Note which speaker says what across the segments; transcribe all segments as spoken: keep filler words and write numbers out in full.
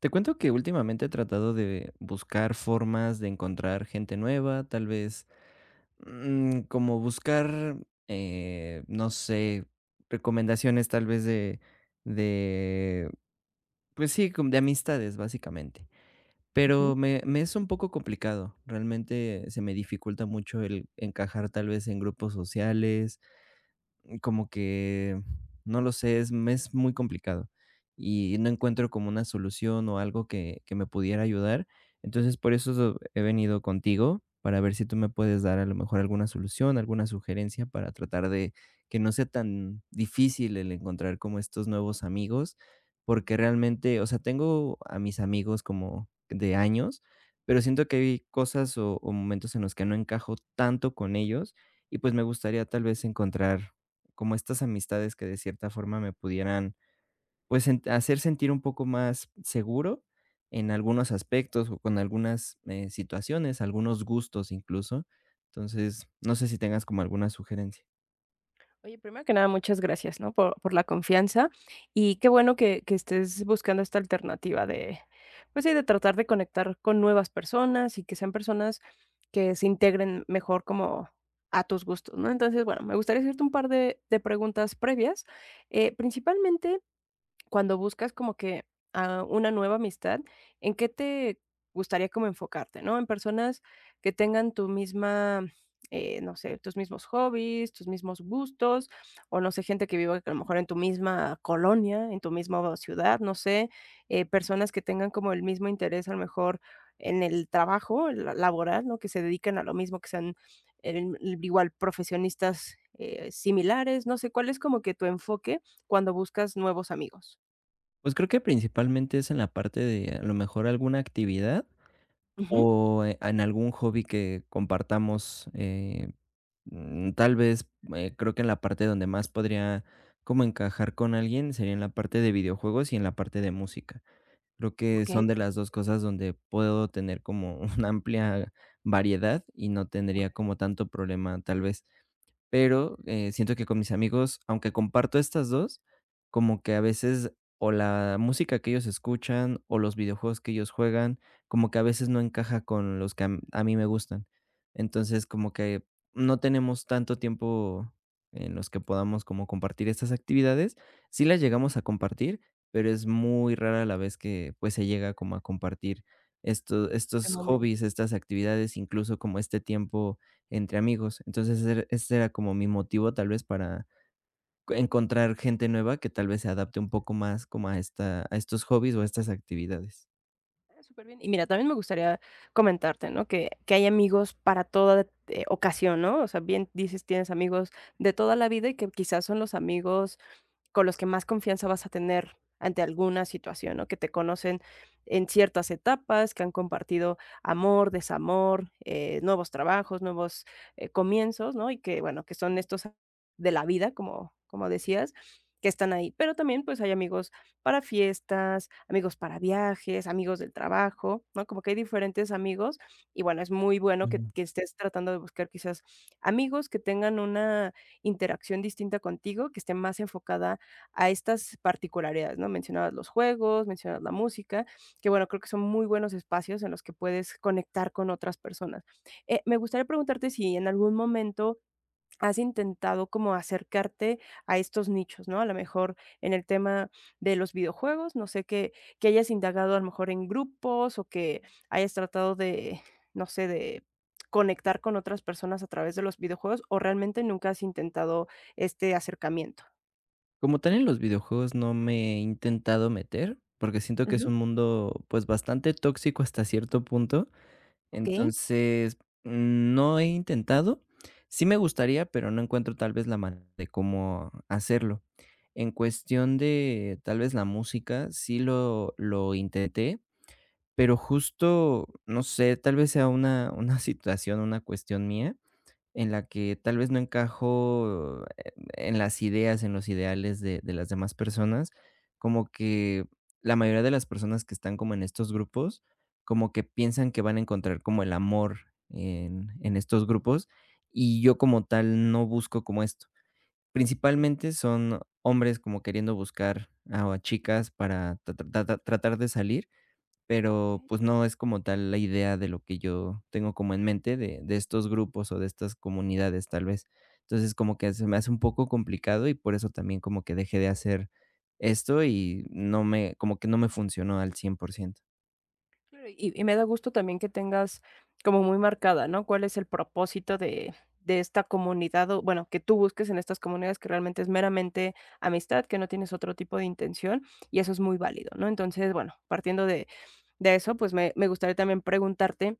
Speaker 1: Te cuento que últimamente he tratado de buscar formas de encontrar gente nueva, tal vez, mm, como buscar, eh, no sé, recomendaciones tal vez de, de, pues sí, como de amistades, básicamente. Pero
Speaker 2: Ujú,
Speaker 1: me, me es un poco complicado, realmente se me dificulta mucho el encajar tal vez en grupos sociales, como que, no lo sé, es me es muy complicado, y no encuentro como una solución o algo que que me pudiera ayudar. Entonces, por eso he venido contigo, para ver si tú me puedes dar a lo mejor alguna solución, alguna sugerencia para tratar de que no sea tan difícil el encontrar como estos nuevos amigos, porque
Speaker 2: ujú.
Speaker 1: realmente, o sea, tengo a mis amigos como de años, pero siento que hay cosas o o momentos en los que no encajo tanto con ellos, y pues me gustaría tal vez encontrar como estas amistades que de cierta forma me pudieran, pues, sen hacer sentir un poco más seguro en algunos aspectos o con algunas, eh, situaciones, algunos gustos incluso. Entonces, no sé si tengas como alguna sugerencia.
Speaker 2: Oye, primero que nada, muchas gracias, ¿no? Por, por la confianza y qué bueno que, que estés buscando esta alternativa de, pues sí, de tratar de conectar con nuevas personas y que sean personas que se integren mejor como a tus gustos, ¿no? Entonces, bueno, me gustaría hacerte un par de, de preguntas previas. Eh, principalmente, cuando buscas como que a una nueva amistad, ¿en qué te gustaría como enfocarte, no? En personas que tengan tu misma, eh, no sé, tus mismos hobbies, tus mismos gustos, o no sé, gente que viva a lo mejor en tu misma colonia, en tu misma ciudad, no sé, eh, personas que tengan como el mismo interés a lo mejor en el trabajo la- laboral, ¿no? Que se dediquen a lo mismo, que sean el- el- igual profesionistas eh, similares, no sé, ¿cuál es como que tu enfoque cuando buscas nuevos amigos?
Speaker 1: Pues, creo que principalmente es en la parte de, a lo mejor, alguna actividad
Speaker 2: Ujú.
Speaker 1: o, eh, en algún hobby que compartamos, eh, mm, tal vez, eh, creo que en la parte donde más podría como encajar con alguien sería en la parte de videojuegos y en la parte de música. Creo que
Speaker 2: Okey,
Speaker 1: son de
Speaker 2: per
Speaker 1: las dos cosas donde puedo tener como una amplia variedad y no tendría
Speaker 2: okey.
Speaker 1: como tanto problema, tal vez. Pero, eh, siento que con mis amigos, aunque comparto estas dos, como que a veces o la música que ellos escuchan o los videojuegos que ellos juegan, como que a veces no encaja con los que a m- a mí me gustan. Entonces, como que no tenemos tanto tiempo en los que podamos como compartir estas actividades. Sí las
Speaker 2: Bien,
Speaker 1: llegamos a compartir, pero es muy rara la vez que, pues, se llega como a compartir esto
Speaker 2: ese
Speaker 1: estos
Speaker 2: momento.
Speaker 1: hobbies, estas actividades, incluso como este tiempo entre amigos. Entonces, er ese era como mi motivo tal vez para encontrar gente nueva que tal vez se adapte un poco más como a esta a estos hobbies o a estas actividades.
Speaker 2: Ah, súper bien. Y mira, también me gustaría comentarte, ¿no? Que que hay amigos para toda, eh, ocasión, ¿no? O sea, bien dices, tienes amigos de toda la vida y que quizás son los amigos con los que más confianza vas a tener ante alguna situación, ¿no? Que te conocen en ciertas etapas, que han compartido amor, desamor, eh, nuevos trabajos, nuevos eh, comienzos, ¿no? Y que, bueno, que son estos de la vida, como, como decías, que están ahí. Pero también, pues, hay amigos para fiestas, amigos para viajes, amigos del trabajo, ¿no? Como que hay diferentes amigos. Y bueno, es muy bueno que,
Speaker 1: Ujú.
Speaker 2: que estés tratando de buscar quizás amigos que tengan una interacción distinta contigo, que esté más enfocada a estas particularidades, ¿no? Mencionabas los juegos, mencionabas la música, que bueno, creo que son muy buenos espacios en los que puedes conectar con otras personas. Eh, me gustaría preguntarte si en algún momento has intentado como acercarte a estos nichos, ¿no? A lo mejor en el tema de los videojuegos, no sé, que que hayas indagado a lo mejor en grupos o que hayas tratado de, no sé, de conectar con otras personas a través de los videojuegos, o realmente nunca has intentado este acercamiento.
Speaker 1: Como tal en los videojuegos no me he intentado meter, porque siento que es
Speaker 2: Ujú.
Speaker 1: un mundo, pues, bastante tóxico hasta cierto punto.
Speaker 2: ¿Ok?
Speaker 1: Entonces, mm, no he intentado. Sí me gustaría, pero no encuentro tal vez la manera de cómo hacerlo. En cuestión de tal vez la música, sí lo lo intenté. Pero justo, no sé, tal vez sea una una situación, una cuestión mía, en la que tal vez no encajo eh, en las ideas, en los ideales de de las demás personas. Como que la mayoría de las personas que están como en estos grupos, como que piensan que van a encontrar como el amor en en estos grupos, y yo como tal no busco como esto.
Speaker 2: Bien,
Speaker 1: Principalmente son hombres como queriendo buscar a a chicas para ta ta ta tratar de salir, pero
Speaker 2: okey,
Speaker 1: pues no es como tal la idea de lo que yo tengo como en mente de, de estos grupos o de estas comunidades tal vez. Entonces como que se me hace un poco complicado y por eso también como que dejé de hacer esto y no me, como que no me funcionó al cien por ciento.
Speaker 2: claro, y y me da gusto también que tengas como muy marcada, ¿no? Cuál es el propósito de de esta comunidad, o bueno, que tú busques en estas comunidades que realmente es meramente amistad, que no tienes otro tipo de intención, y eso es muy válido, ¿no? Entonces, bueno, partiendo de de eso, pues me me gustaría también preguntarte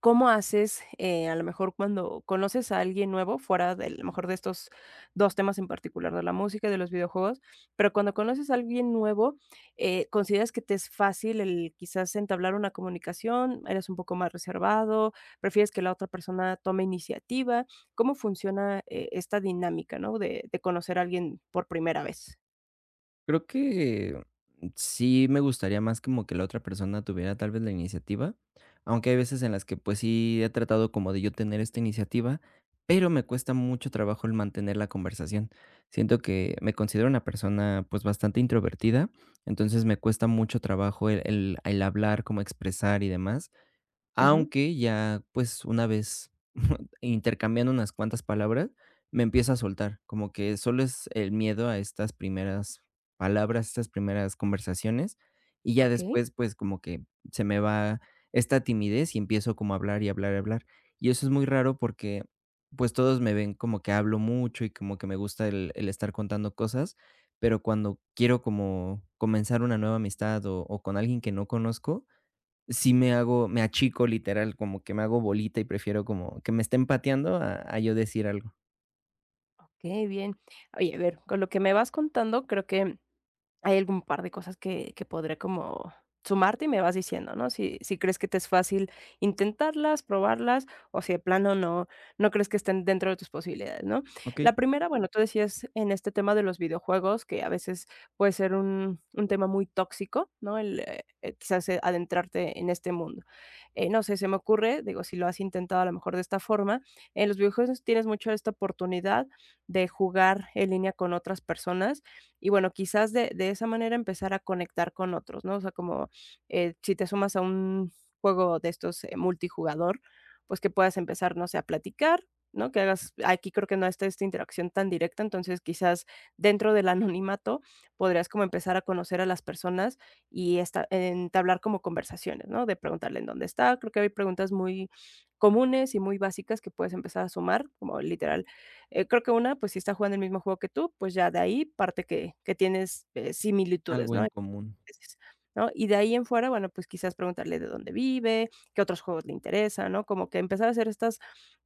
Speaker 2: ¿cómo haces, eh, a lo mejor cuando conoces a alguien nuevo, fuera de, a lo mejor de estos dos temas en particular, de la música y de los videojuegos? Pero cuando conoces a alguien nuevo, eh, ¿consideras que te es fácil el quizás entablar una comunicación? ¿Eres un poco más reservado? ¿Prefieres que la otra persona tome iniciativa? ¿Cómo funciona, eh, esta dinámica, no? De de conocer a alguien por primera vez.
Speaker 1: Creo que sí me gustaría más como que la otra persona tuviera tal vez la iniciativa, aunque hay veces en las que pues sí he tratado como de yo tener esta iniciativa, pero me cuesta mucho trabajo el mantener la conversación. Siento que me considero una persona pues bastante introvertida, entonces me cuesta mucho trabajo el, el- el hablar, como expresar y demás.
Speaker 2: Ujú.
Speaker 1: Aunque ya, pues, una vez intercambiando unas cuantas palabras, me empieza a soltar, como que solo es el miedo a estas primeras palabras, estas primeras conversaciones, y ya
Speaker 2: Okey.
Speaker 1: después, pues, como que se me va esta timidez y empiezo como a hablar y hablar y hablar. Y eso es muy raro porque, pues, todos me ven como que hablo mucho y como que me gusta el el estar contando cosas, pero cuando quiero como comenzar una nueva amistad o o con alguien que no conozco, sí me hago me achico literal, como que me hago bolita y prefiero como que me estén pateando a a yo decir algo.
Speaker 2: Okey, bien. Oye, a ver, con lo que me vas contando, creo que hay algún par de cosas que que podré como sumarte y me vas diciendo, ¿no? Si si crees que te es fácil intentarlas, probarlas, o si de plano no no crees que estén dentro de tus posibilidades, ¿no?
Speaker 1: ¿Ok?
Speaker 2: La primera, bueno, tú decías en este tema de los videojuegos que a veces puede ser un un tema muy tóxico, ¿no? El, eh, eh, quizás, eh, adentrarte en este mundo. Eh, no sé, se me ocurre, digo, si lo has intentado a lo mejor de esta forma, en los videojuegos tienes mucho esta oportunidad de jugar en línea con otras personas y bueno, quizás de de esa manera empezar a conectar con otros, ¿no? O sea, como, eh, si te sumas a un juego de estos, eh, multijugador, pues que puedas empezar, no sé, a platicar, ¿no? Que hagas aquí creo que no está esta interacción tan directa, entonces quizás dentro del anonimato podrías como empezar a conocer a las personas y esta entablar como conversaciones, ¿no? De preguntarle en dónde está. Creo que hay preguntas muy comunes y muy básicas que puedes empezar a sumar, como literal, eh, creo que una, pues si está jugando el mismo juego que tú, pues ya de ahí parte que que tienes, eh, similitudes,
Speaker 1: Algo en
Speaker 2: ¿no?
Speaker 1: común.
Speaker 2: Entonces, ¿no? Y de ahí en fuera, bueno, pues quizás preguntarle de dónde vive, qué otros juegos le interesan, ¿no? Como que empezar a hacer estas,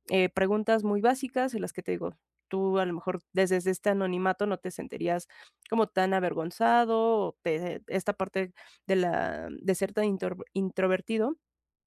Speaker 2: eh, preguntas muy básicas en las que te digo, tú a lo mejor desde desde este anonimato no te sentirías como tan avergonzado o te esta parte de la de ser tan intor introvertido,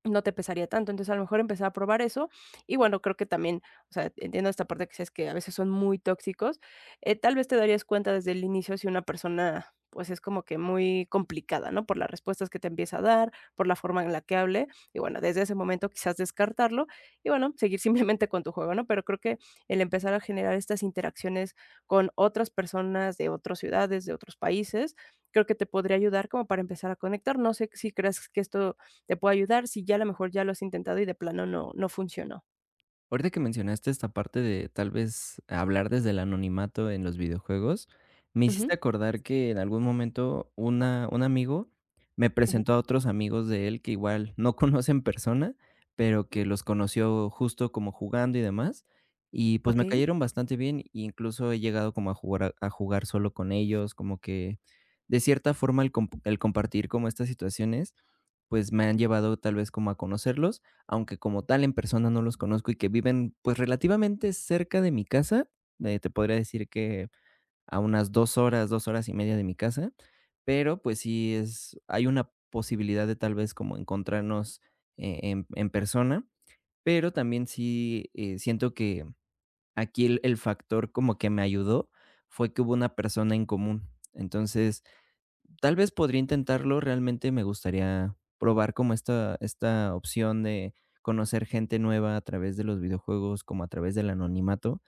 Speaker 2: no te pesaría tanto. Entonces, a lo mejor empezar a probar eso. Y bueno, creo que también, o sea, entiendo esta parte que dices que a veces son muy tóxicos. Eh, tal vez te darías cuenta desde el inicio si una persona, pues, es como que muy complicada, ¿no? Por las respuestas que te empieza a dar, por la forma en la que hable. Y bueno, desde ese momento quizás descartarlo y bueno, seguir simplemente con tu juego, ¿no? Pero creo que el empezar a generar estas interacciones con otras personas de otras ciudades, de otros países, creo que te podría ayudar como para empezar a conectar. No sé si crees que esto te puedo ayudar si ya a lo mejor ya lo has intentado y de plano no no funcionó.
Speaker 1: Ahorita que mencionaste esta parte de tal vez hablar desde el anonimato en los videojuegos, me hiciste
Speaker 2: Ujú,
Speaker 1: acordar que en algún momento una un amigo me
Speaker 2: ujú.
Speaker 1: presentó a otros amigos de él que igual no conoce en persona, pero que los conoció justo como jugando y demás, y pues me
Speaker 2: Okey.
Speaker 1: cayeron bastante bien, e incluso he llegado como a jugar a a jugar solo con ellos, como que de cierta forma el comp el compartir como estas situaciones pues me han llevado tal vez como a conocerlos, aunque como tal en persona no los conozco y que viven pues relativamente cerca de mi casa, eh, te podría decir que a unas dos horas, dos horas y media de mi casa, pero pues sí es hay una posibilidad de tal vez como encontrarnos e en en persona, pero también sí, eh, siento que aquí el el factor como que me ayudó fue que hubo una persona en común. Entonces tal vez podría intentarlo, realmente me gustaría probar como esta esta opción de conocer gente nueva a través de los videojuegos, como a través del anonimato.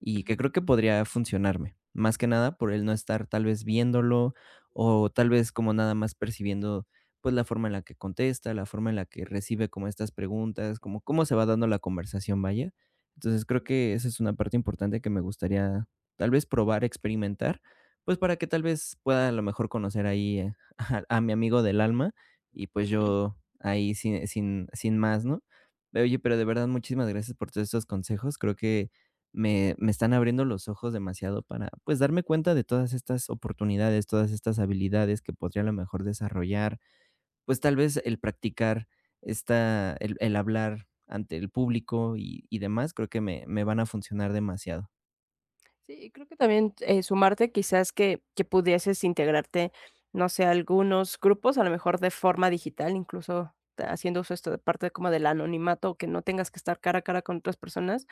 Speaker 1: Y que
Speaker 2: Ujú.
Speaker 1: creo que podría funcionarme, más que nada por el no estar tal vez viéndolo o tal vez como nada más percibiendo, pues, la forma en la que contesta, la forma en la que recibe como estas preguntas, como cómo se va dando la conversación, vaya. Entonces, creo que esa es una parte importante que me gustaría tal vez probar, experimentar, pues, para que tal vez pueda a lo mejor conocer ahí, eh, a a mi amigo del alma y, pues, yo ahí sin sin sin más, ¿no? Oye, pero de verdad muchísimas gracias por todos estos consejos. Creo que me, me están abriendo los ojos demasiado para, pues, darme cuenta de todas estas oportunidades, todas estas habilidades que podría a lo mejor desarrollar. Pues tal vez el practicar esta, el, el hablar ante el público y, y demás, creo que me, me van a funcionar demasiado.
Speaker 2: Sí, y creo que también, eh, sumarte quizás que que pudieses integrarte, no sé, a algunos grupos, a lo mejor de forma digital, incluso ta- haciendo uso esto de parte como del anonimato, que no tengas que estar cara a cara con otras personas,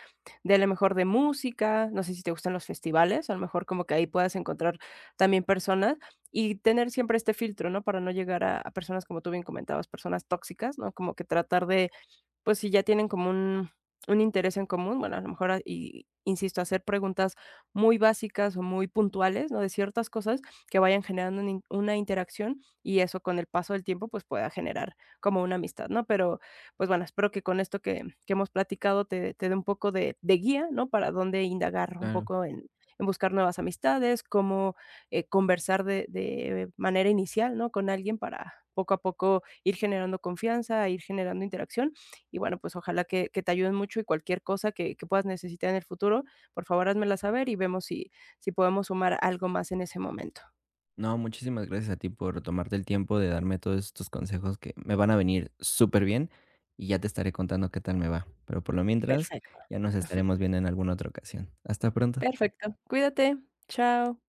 Speaker 2: de a lo mejor de música, no sé si te gustan los festivales, a lo mejor como que ahí puedas encontrar también personas y tener siempre este filtro, ¿no? Para no llegar a a personas, como tú bien comentabas, personas tóxicas, ¿no? Como que tratar de pues si ya tienen como un un interés en común, bueno, a lo mejor, ah, y insisto, hacer preguntas muy básicas o muy puntuales, ¿no? De ciertas cosas que vayan generando una in una interacción y eso con el paso del tiempo, pues pueda generar como una amistad, ¿no? Pero, pues bueno, espero que con esto que que hemos platicado te te dé un poco de de guía, ¿no? Para dónde indagar un
Speaker 1: Claro.
Speaker 2: poco en en buscar nuevas amistades, cómo, eh, conversar de de manera inicial, ¿no? Con alguien para poco a poco ir generando confianza, ir generando interacción y bueno, pues ojalá que que te ayuden mucho y cualquier cosa que que puedas necesitar en el futuro, por favor, házmela saber y vemos si si podemos sumar algo más en ese momento.
Speaker 1: No, muchísimas gracias a ti por tomarte el tiempo de darme todos estos consejos que me van a venir súper bien y ya te estaré contando qué tal me va. Pero por lo mientras,
Speaker 2: Perfecto.
Speaker 1: ya nos estaremos viendo en alguna otra ocasión. Hasta pronto.
Speaker 2: Perfecto. Cuídate. Chao.